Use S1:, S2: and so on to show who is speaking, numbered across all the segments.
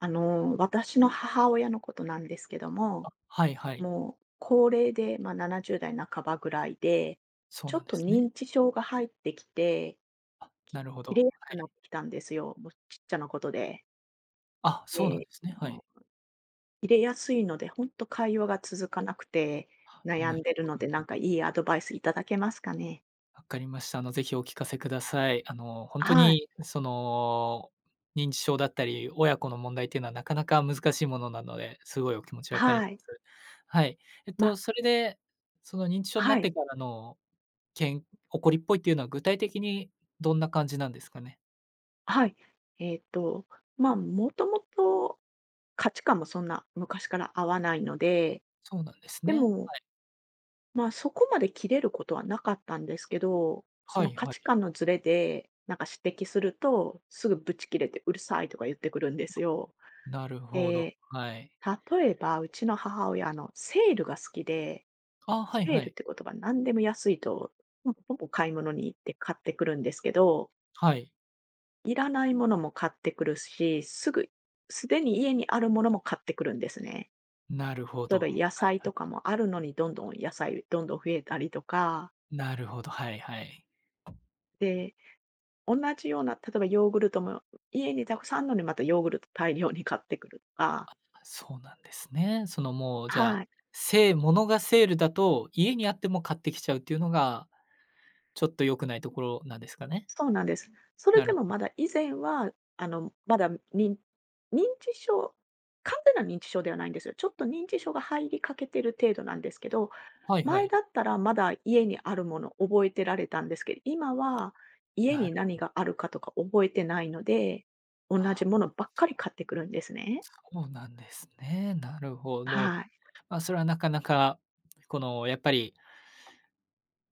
S1: 私の母親のことなんですけども、
S2: はいはい。
S1: もう高齢で、70代半ばぐらいで、
S2: そう
S1: ちょ
S2: なん
S1: っ
S2: で
S1: と
S2: すね。
S1: 認知症が入ってきて、き
S2: なるほど。
S1: 切れ
S2: は
S1: やすくな
S2: い。
S1: ってきたんですよ、もうちっちゃなことで。
S2: あ、そうなんで
S1: で、
S2: すね。はい。
S1: もう切れやすいので、本当会話が続かなくて悩
S2: なる
S1: んでる
S2: ほ
S1: の
S2: ど。
S1: で、なんかいいアドバイスいただけますかね？
S2: わかりました。ぜひお聞かせください。本当
S1: はい、
S2: に、認知症だったり、親子の問題っていうのはなかなか難しいものなので、すごいお気持ちわかり
S1: は
S2: ま
S1: い。
S2: す。はい。
S1: ま、
S2: それで、その認知症にな
S1: は
S2: って
S1: い、
S2: からの、起こりっぽいっていうのは具体的にどんな感じなんですかね？
S1: はい。えっと、もともと価値観もそんな昔から合わないので、
S2: そうなんです
S1: で
S2: ね。
S1: も、そこまで切れることはなかったんですけど、そ
S2: はい
S1: の
S2: はい
S1: 価
S2: は
S1: 値
S2: い。
S1: 観のズレで、なんか指摘すると、すぐブチ切れてうるさいとか言ってくるんですよ。
S2: なるほど。
S1: で、
S2: はい。
S1: 例えば、うちの母親、セールが好きで、
S2: あ、はい
S1: セ
S2: は
S1: ールっ
S2: い。
S1: て言葉、何でも安いと、ほぼほぼ買い物に行って買ってくるんですけど、
S2: はい。
S1: いらないものも買ってくるし、すでに家にあるものも買ってくるんですね。
S2: なるほ
S1: 例え
S2: ど。
S1: ば
S2: は
S1: 野
S2: い
S1: 菜
S2: は
S1: と
S2: い。
S1: かもあるのにどんどん野菜どんどん増えたりとか、
S2: なるほど、はいはい。
S1: で、同じような、例えばヨーグルトも家にたくさんあるのにまたヨーグルト大量に買ってくるとか。
S2: そうなんですね。そのもうじゃあ、
S1: はい、
S2: せいものがセールだと、家にあっても買ってきちゃうっていうのが、ちょっと良くないところなんですかね？
S1: そうなんです。それ
S2: なる
S1: でも
S2: ほ
S1: まだ以前は、まだ認知症、完全な認知症ではないんですよ。ちょっと認知症が入りかけてる程度なんですけど、
S2: ど。はいは
S1: 前
S2: い。
S1: だったらまだ家にあるもの覚えてられたんですけど、今は家
S2: な
S1: に
S2: る
S1: 何があるかとか覚えてないので、同
S2: あ
S1: じものばっか
S2: そ
S1: り買ってくるんですね。
S2: そうなんですね。なるほど。
S1: はい。
S2: まあ、それはなかなか、この、やっぱり、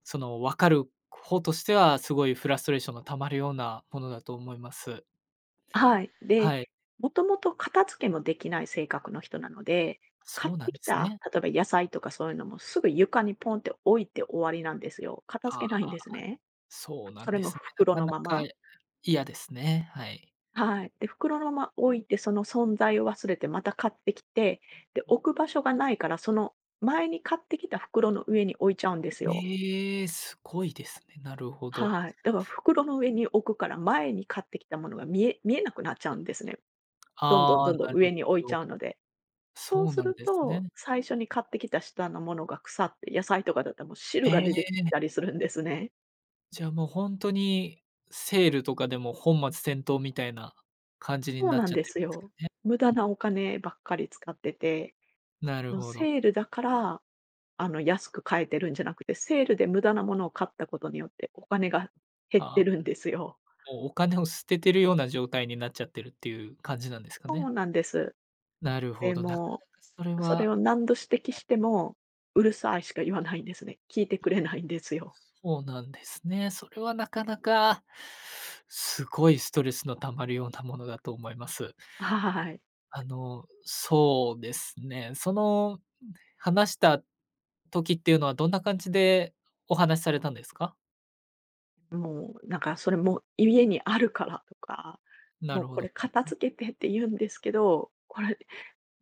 S2: その分かる方としては、すごいフラストレーションがたまるようなものだと思います。
S1: はい。で、
S2: はい。
S1: もともと片付けもできない性格の人なので、買
S2: そ
S1: っ
S2: うな
S1: て
S2: んで
S1: き
S2: す
S1: た、
S2: ね。
S1: 例えば野菜とかそういうのもすぐ床にポンって置いて終わりなんですよ。片
S2: あ
S1: 付けないん
S2: あ。
S1: ですね。
S2: そうな
S1: そ
S2: ん
S1: れ
S2: で
S1: も
S2: すね。な
S1: 袋
S2: か
S1: の
S2: な
S1: ま
S2: か
S1: ま。
S2: 嫌ですね。はい。
S1: はい。で、袋のまま置いて、その存在を忘れてまた買ってきて、で、置く場所がないから、その前に買ってきた袋の上に置いちゃうんですよ。
S2: ええ、すごいですね。なるほど。
S1: はい。だから袋の上に置くから前に買ってきたものが見えなくなっちゃうんですね。どん
S2: あ
S1: どん
S2: あ、
S1: どんどん
S2: なる
S1: 上に
S2: ほ
S1: 置いち
S2: ど。
S1: ゃうので。そう
S2: そう
S1: す
S2: なん
S1: る
S2: ですね。
S1: と、最初に買ってきた下のものが腐って、野菜とかだったらもう汁が
S2: え
S1: 出てき
S2: え、
S1: たりするんですね。
S2: じゃあもうほんとにセールとかでも本末転倒みたいな感じに
S1: そう
S2: なっ
S1: な
S2: ち
S1: ん
S2: ゃっ
S1: で
S2: てるん
S1: す
S2: ですか
S1: よ。
S2: ね。
S1: 無駄なお金ばっかり使ってて、
S2: なる
S1: もう
S2: ほど。
S1: セールだから、安く買えてるんじゃなくて、セールで無駄なものを買ったことによってお金が減っ
S2: あ
S1: て
S2: あ、
S1: るんですよ。
S2: もうお金を捨ててるような状態になっちゃってるっていう感じなんですか
S1: そ
S2: ね。
S1: うなんです。
S2: なるほ
S1: で、
S2: ど、なか
S1: も
S2: なかそれ
S1: それ
S2: は。
S1: を何度指摘しても、うるさいしか言わないんですね。聞いてくれないんですよ。
S2: そうなんですね。それはなかなか、すごいストレスの溜まるようなものだと思います。
S1: はい。
S2: そうですね。その話した時っていうのはどんな感じでお話しされたんですか？
S1: もうなんかそれもう家にあるからとか、
S2: な
S1: も
S2: る
S1: う
S2: ほ
S1: こ
S2: ど、
S1: れ
S2: は
S1: 片
S2: い。
S1: 付けてって言うんですけど、これ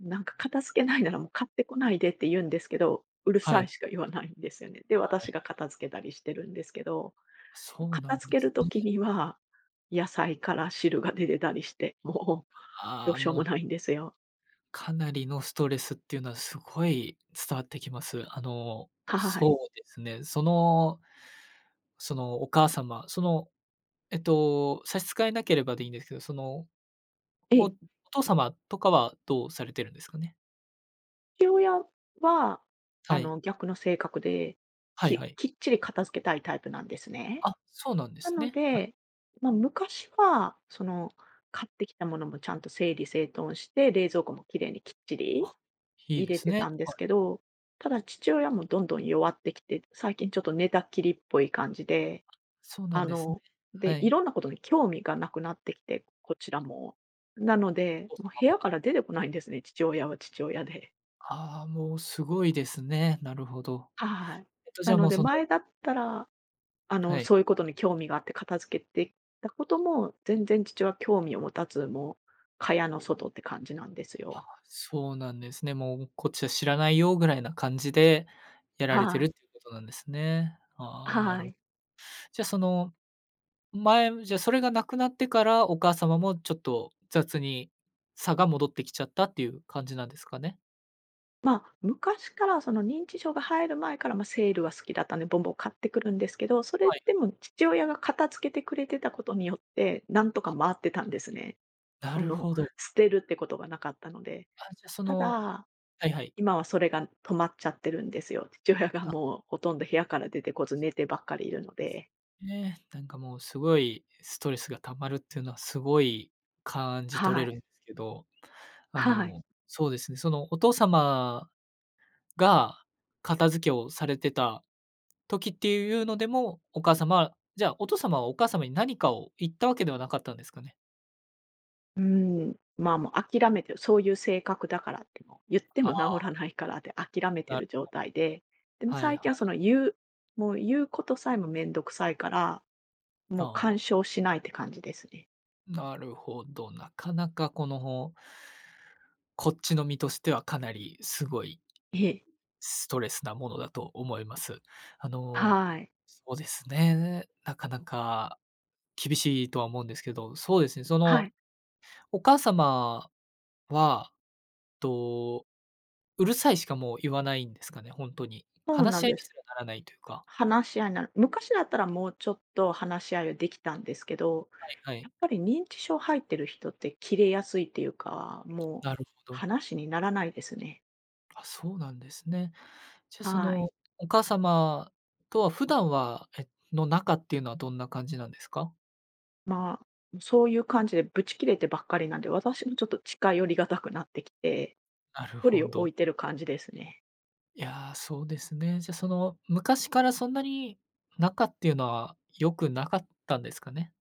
S1: なんか片付けないならもう買ってこないでって言うんですけど、うる
S2: は
S1: さ
S2: い。
S1: いしか言わないんですよね。で、
S2: は
S1: 私
S2: い。
S1: が片付けたりしてるんですけど、
S2: そうな
S1: 片
S2: んで
S1: 付ける
S2: すね。
S1: 時には野菜から汁が出てたりして、もうど
S2: あ
S1: う
S2: あ、
S1: しよう
S2: も
S1: も
S2: う
S1: ないんですよ。
S2: かなりのストレスっていうのはすごい伝わってきます。
S1: はい。
S2: そうですね。そのお母様、その、差し支えなければでいいんですけど、お
S1: え、
S2: 父様とかはどうされてるんですかね？
S1: 父親は
S2: は
S1: あ
S2: い。
S1: の逆の性格で、
S2: はいはい。
S1: きっちり片付けたいタイプなんですね。
S2: あ、そうなんで
S1: な
S2: す
S1: の
S2: ね。はい。
S1: で、昔は、買ってきたものもちゃんと整理整頓して、冷蔵庫もきれいにきっちり
S2: あ、いい
S1: 入
S2: で
S1: れ
S2: す
S1: て
S2: ね。
S1: たんで
S2: は
S1: す
S2: い。
S1: けど、ただ父親もどんどん弱ってきて、最近ちょっと寝たきりっぽい感じで、
S2: そうなん
S1: あ
S2: ですね。
S1: の、
S2: は
S1: で、い
S2: い。
S1: ろんなことに興味がなくなってきて、こちらも。なので、
S2: お父
S1: もう
S2: 様
S1: 部屋
S2: も。
S1: から出てこないんですね、父親は父親で。
S2: ああ、もうすごいですね。なるほど。
S1: はい。
S2: じゃ
S1: な
S2: あ
S1: の
S2: もう
S1: で
S2: その、
S1: 前だったら
S2: はい。
S1: そういうことに興味があって片付けてたことも、全然父は興味を持たず、もう、蚊帳の外って感じなんです
S2: あ、
S1: よ。
S2: そうなんですね。もうこっちは知らないよぐらいな感じでやられて
S1: は
S2: るっ
S1: い。
S2: ていうことなんですね。ああ、
S1: はい。
S2: じゃあ、前、じゃあそれがなくなってからお母様もちょっと雑に差が戻ってきちゃったっていう感じなんですかね？
S1: 昔からその認知症が入る前から、セールは好きだったんで、ボンボン買ってくるんですけど、それ
S2: はい、
S1: でも父親が片付けてくれてたことによって、なんとか回ってたんですね。
S2: な
S1: そ
S2: る
S1: の、
S2: ほど。
S1: 捨てるってことがなかったので。
S2: あ、じゃ、そ
S1: た
S2: の、
S1: だ、
S2: はいはい。
S1: 今はそれが止まっちゃってるんですよ。父親が
S2: あ、
S1: もうほとんど部屋から出てこず、寝てばっかりいるので。
S2: ね、なんかもうすごいストレスが溜まるっていうのはすごい感じ取れ
S1: は
S2: るんで
S1: い。
S2: すけど、
S1: はい。
S2: そうですね、そのお父様が片付けをされてた時っていうのでも、お母様はじゃあ、お父様はお母様に何かを言ったわけではなかったんですかね？
S1: うん。もう諦めてる、そういう性格だからっても、言っても
S2: あ
S1: 治らないからって諦めて
S2: なる
S1: る状態で、でも
S2: はい
S1: 最
S2: は
S1: 近は
S2: い。
S1: その言う、もう言うことさえもめんどくさいから、
S2: あ
S1: もう干
S2: あ、
S1: 渉しないって感じですね。
S2: なるほど。なかなかこっちの身としてはかなりすごい
S1: ええ。
S2: ストレスなものだと思います。あの、
S1: はい。
S2: そうですね、なかなか厳しいとは思うんですけど、そうですね、
S1: はい。
S2: お母様は、と、うるさいしかもう言わないんですかね、本当に。
S1: そう
S2: 話
S1: な
S2: し
S1: ん
S2: 合い
S1: で
S2: にす
S1: す。
S2: らならないというか。
S1: 話し合いなら、昔だったらもうちょっと話し合いはできたんですけど、
S2: はいは
S1: や
S2: い。
S1: っぱり認知症入ってる人って切れやすいっていうか、もう
S2: なるほど。
S1: 話にならないですね。
S2: あ、そうなんですね。じゃあ、
S1: はい。
S2: お母様とは普段は、の仲っていうのはどんな感じなんですか？
S1: まそういう感じでブチ切れてばっかりなんで、私もちょっと近寄りがたくなってきて、
S2: なる
S1: 距
S2: ほ
S1: 離を
S2: ど。
S1: 置いてる感じですね。
S2: いやー、そうですね。じゃあ、昔からそんなに仲っていうのは良くなかったんですかね？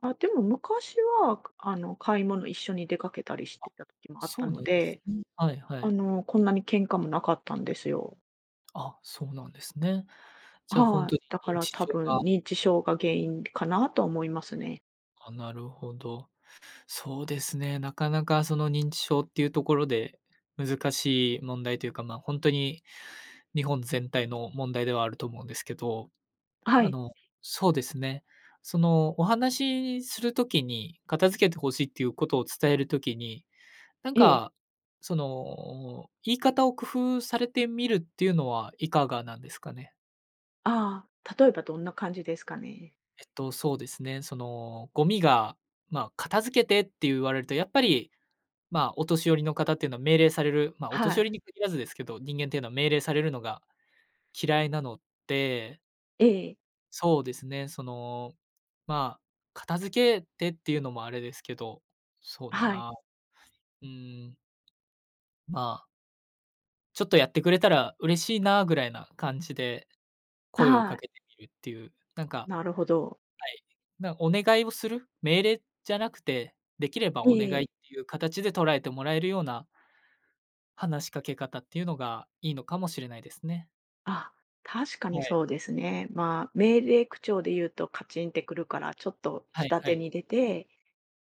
S1: あ、でも昔は、買い物一緒に出かけたりし
S2: あ、
S1: てた時もあっ
S2: そ
S1: た
S2: うな
S1: の
S2: んです
S1: で、
S2: ね。はいはい。
S1: こんなに喧嘩もなかったんですよ。
S2: あ、そうなんですね。じゃあ、本
S1: は
S2: 当に
S1: い。だか
S2: 認
S1: ら
S2: 知
S1: 多
S2: 症が、
S1: 分認知症が原因かなと思いますね。
S2: あ、なるほど。そうですね、なかなかその認知症っていうところで、難しい問題というか、ま、本当に日本全体の問題ではあると思うんですけど、
S1: は
S2: あ
S1: い。
S2: のそうですね。お話しするときに、片付けてほしいっていうことを伝えるときに、なん
S1: ええ。
S2: か、言い方を工夫されてみるっていうのはいかがなんですかね？
S1: ああ、例えばどんな感じですかね。
S2: そうですね、ゴミが、まあ、片付けてって言われると、やっぱり、まあ、お年寄りの方っていうのは命令される、まあ、お
S1: は
S2: 年寄
S1: い。
S2: りに限らずですけど、人間っていうのは命令されるのが嫌いなので、
S1: ええ。
S2: そうですね、まあ、片付けてっていうのもあれですけど、そうだ
S1: はい。
S2: な、うん、まあ、ちょっとやってくれたら嬉しいなぐらいな感じで声を
S1: は
S2: か
S1: い。
S2: けてみるっていう、なんか、
S1: なるほど。
S2: はい、お願いをする、命令じゃなくて、できればお願
S1: え
S2: いっ
S1: え。
S2: ていう形で捉えてもらえるような話しかけ方っていうのがいいのかもしれないですね。
S1: あ、確か
S2: は
S1: に
S2: い、
S1: そうですね。命令口調で言うとカチンってくるから、ちょっと
S2: はい
S1: 下
S2: は
S1: 手
S2: い。
S1: に出て、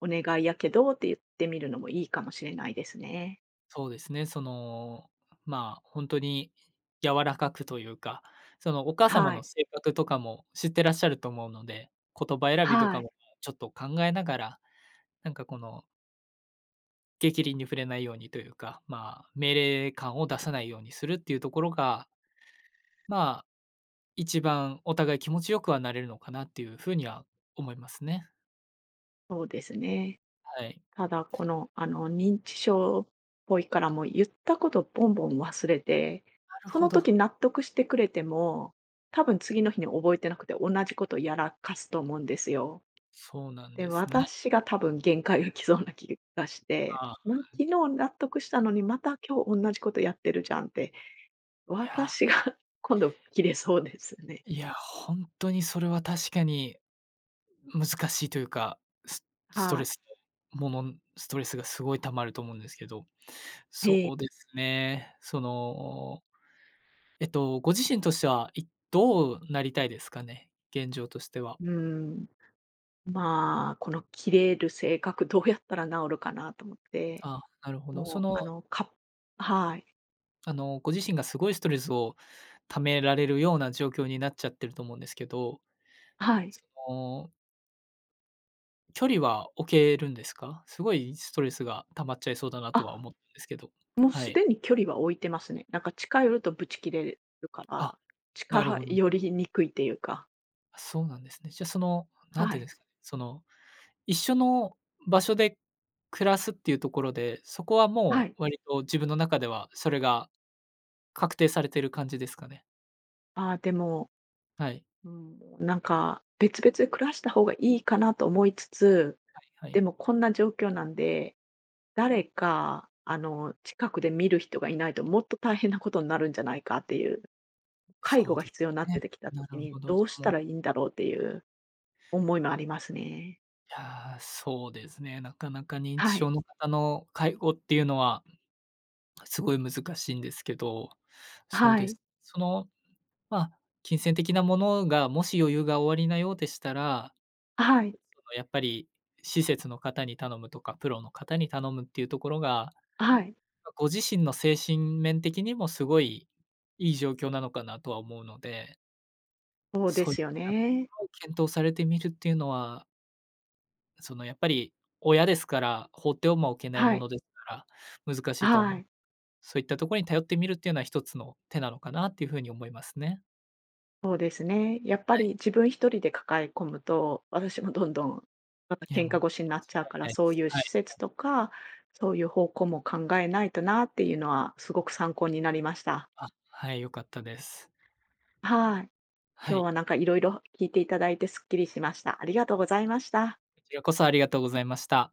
S1: お願いやけどって言ってみるのもいいかもしれないですね。
S2: そうですね、まあ、本当に柔らかくというか、そのお母様
S1: は
S2: の
S1: い。
S2: 性格とかも知ってらっしゃると思うので、言葉選びと
S1: は
S2: か
S1: い。
S2: もちょっと考えながら、なんか、この逆鱗に触れないようにというか、まあ、命令感を出さないようにするっていうところが、まあ、一番お互い気持ちよくはなれるのかなっていうふうには思いますね。
S1: そうですね。
S2: はい。
S1: ただ、この、あの、認知症っぽいからもう言ったことボンボン忘れて、
S2: なる
S1: そ
S2: ほ
S1: の
S2: ど。
S1: 時納得してくれても、多分次の日に覚えてなくて同じことやらかすと思うんですよ。
S2: そうなん
S1: で、
S2: ですね。
S1: 私が多分限界が来そうな気がし
S2: ま
S1: て、
S2: あ、
S1: 昨日納得したのにまた今日同じことやってるじゃんって、
S2: いや、
S1: 私が 今度切れそうですね。
S2: いや、本当にそれは確かに難しいというか、ススト
S1: は
S2: レ
S1: い。
S2: スストレスがすごい溜まると思うんですけど、そ
S1: ええ。
S2: うですね。ご自身としては、どうなりたいですかね？現状としては。
S1: うん。この切れる性格どうやったら治るかなと思って、
S2: あ、なるほど。
S1: もうあの、かはい、
S2: ご自身がすごいストレスを溜められるような状況になっちゃってると思うんですけど、
S1: はい。
S2: その、距離は置けるんですか？すごいストレスが溜まっちゃいそうだなとは
S1: あ、
S2: 思ったんですけど。
S1: もう
S2: は
S1: す
S2: い。
S1: でに距離は置いてますね。なんか近寄るとブチ切れるか
S2: あ、
S1: ら、
S2: なる
S1: 近
S2: ほど。
S1: 寄りにくいっていうか。
S2: あ、そうなんですね。じゃあ、なん
S1: は
S2: ていうんで
S1: い、
S2: すかね、一緒の場所で暮らすっていうところで、そこは
S1: は
S2: も
S1: い。
S2: う割と自分の中ではそれが確定されてる感じですかね？
S1: ああ、でも
S2: はい。
S1: うん、なんか、別々で暮らした方がいいかなと思いつつ、
S2: はいは
S1: で
S2: い。
S1: もこんな状況なんで、誰か、近くで見る人がいないともっと大変なことになるんじゃないかっていう、介
S2: そ
S1: 護
S2: う
S1: が
S2: で
S1: 必要にな
S2: す
S1: っ
S2: ね。
S1: ててきた
S2: な
S1: 時
S2: る
S1: に、
S2: ほど。
S1: ど
S2: じ
S1: うし
S2: ゃ、もう、
S1: たらいいんだろうっていう思いもありますね。
S2: いや、そうですね。なかなか認知
S1: は
S2: 症
S1: い。
S2: の方の介護っていうのはすごい難しいんですけど、そう
S1: は
S2: で
S1: い。
S2: す。まあ、金銭的なものがもし余裕がおありなようでしたら、
S1: はい。
S2: やっぱり、施設の方に頼むとか、プロの方に頼むっていうところが、
S1: はい。
S2: ま、ご自身の精神面的にもすごいいい状況なのかなとは思うので、
S1: そうで
S2: そういっ
S1: すよ
S2: たとこ
S1: ね。
S2: ろを検討されてみるっていうのは、やっぱり親ですから、放ってはも置けない
S1: は
S2: もの
S1: い。
S2: ですから、難しいとは
S1: は
S2: 思う。
S1: い。
S2: そういったところに頼ってみるっていうのは一つの手なのかなっていう風に思いますね。
S1: そうですね。やっぱ
S2: はい。
S1: り自分一人で抱え込むと、私もどんどん、また
S2: いや、
S1: 喧
S2: もう
S1: 嘩
S2: 間
S1: 腰になっ
S2: 違
S1: ちゃう
S2: い
S1: から、
S2: ないで
S1: そう
S2: す。
S1: いう
S2: はい。
S1: 施設とか、そういう方向も考えないとなっていうのはすごく参考になりました。
S2: あ、はい、良かったです。
S1: はい。
S2: は
S1: 今日
S2: い。
S1: はなんかいろいろ聞いていただいてすっきりしました。ありがとうございました。
S2: こちらこそありがとうございました。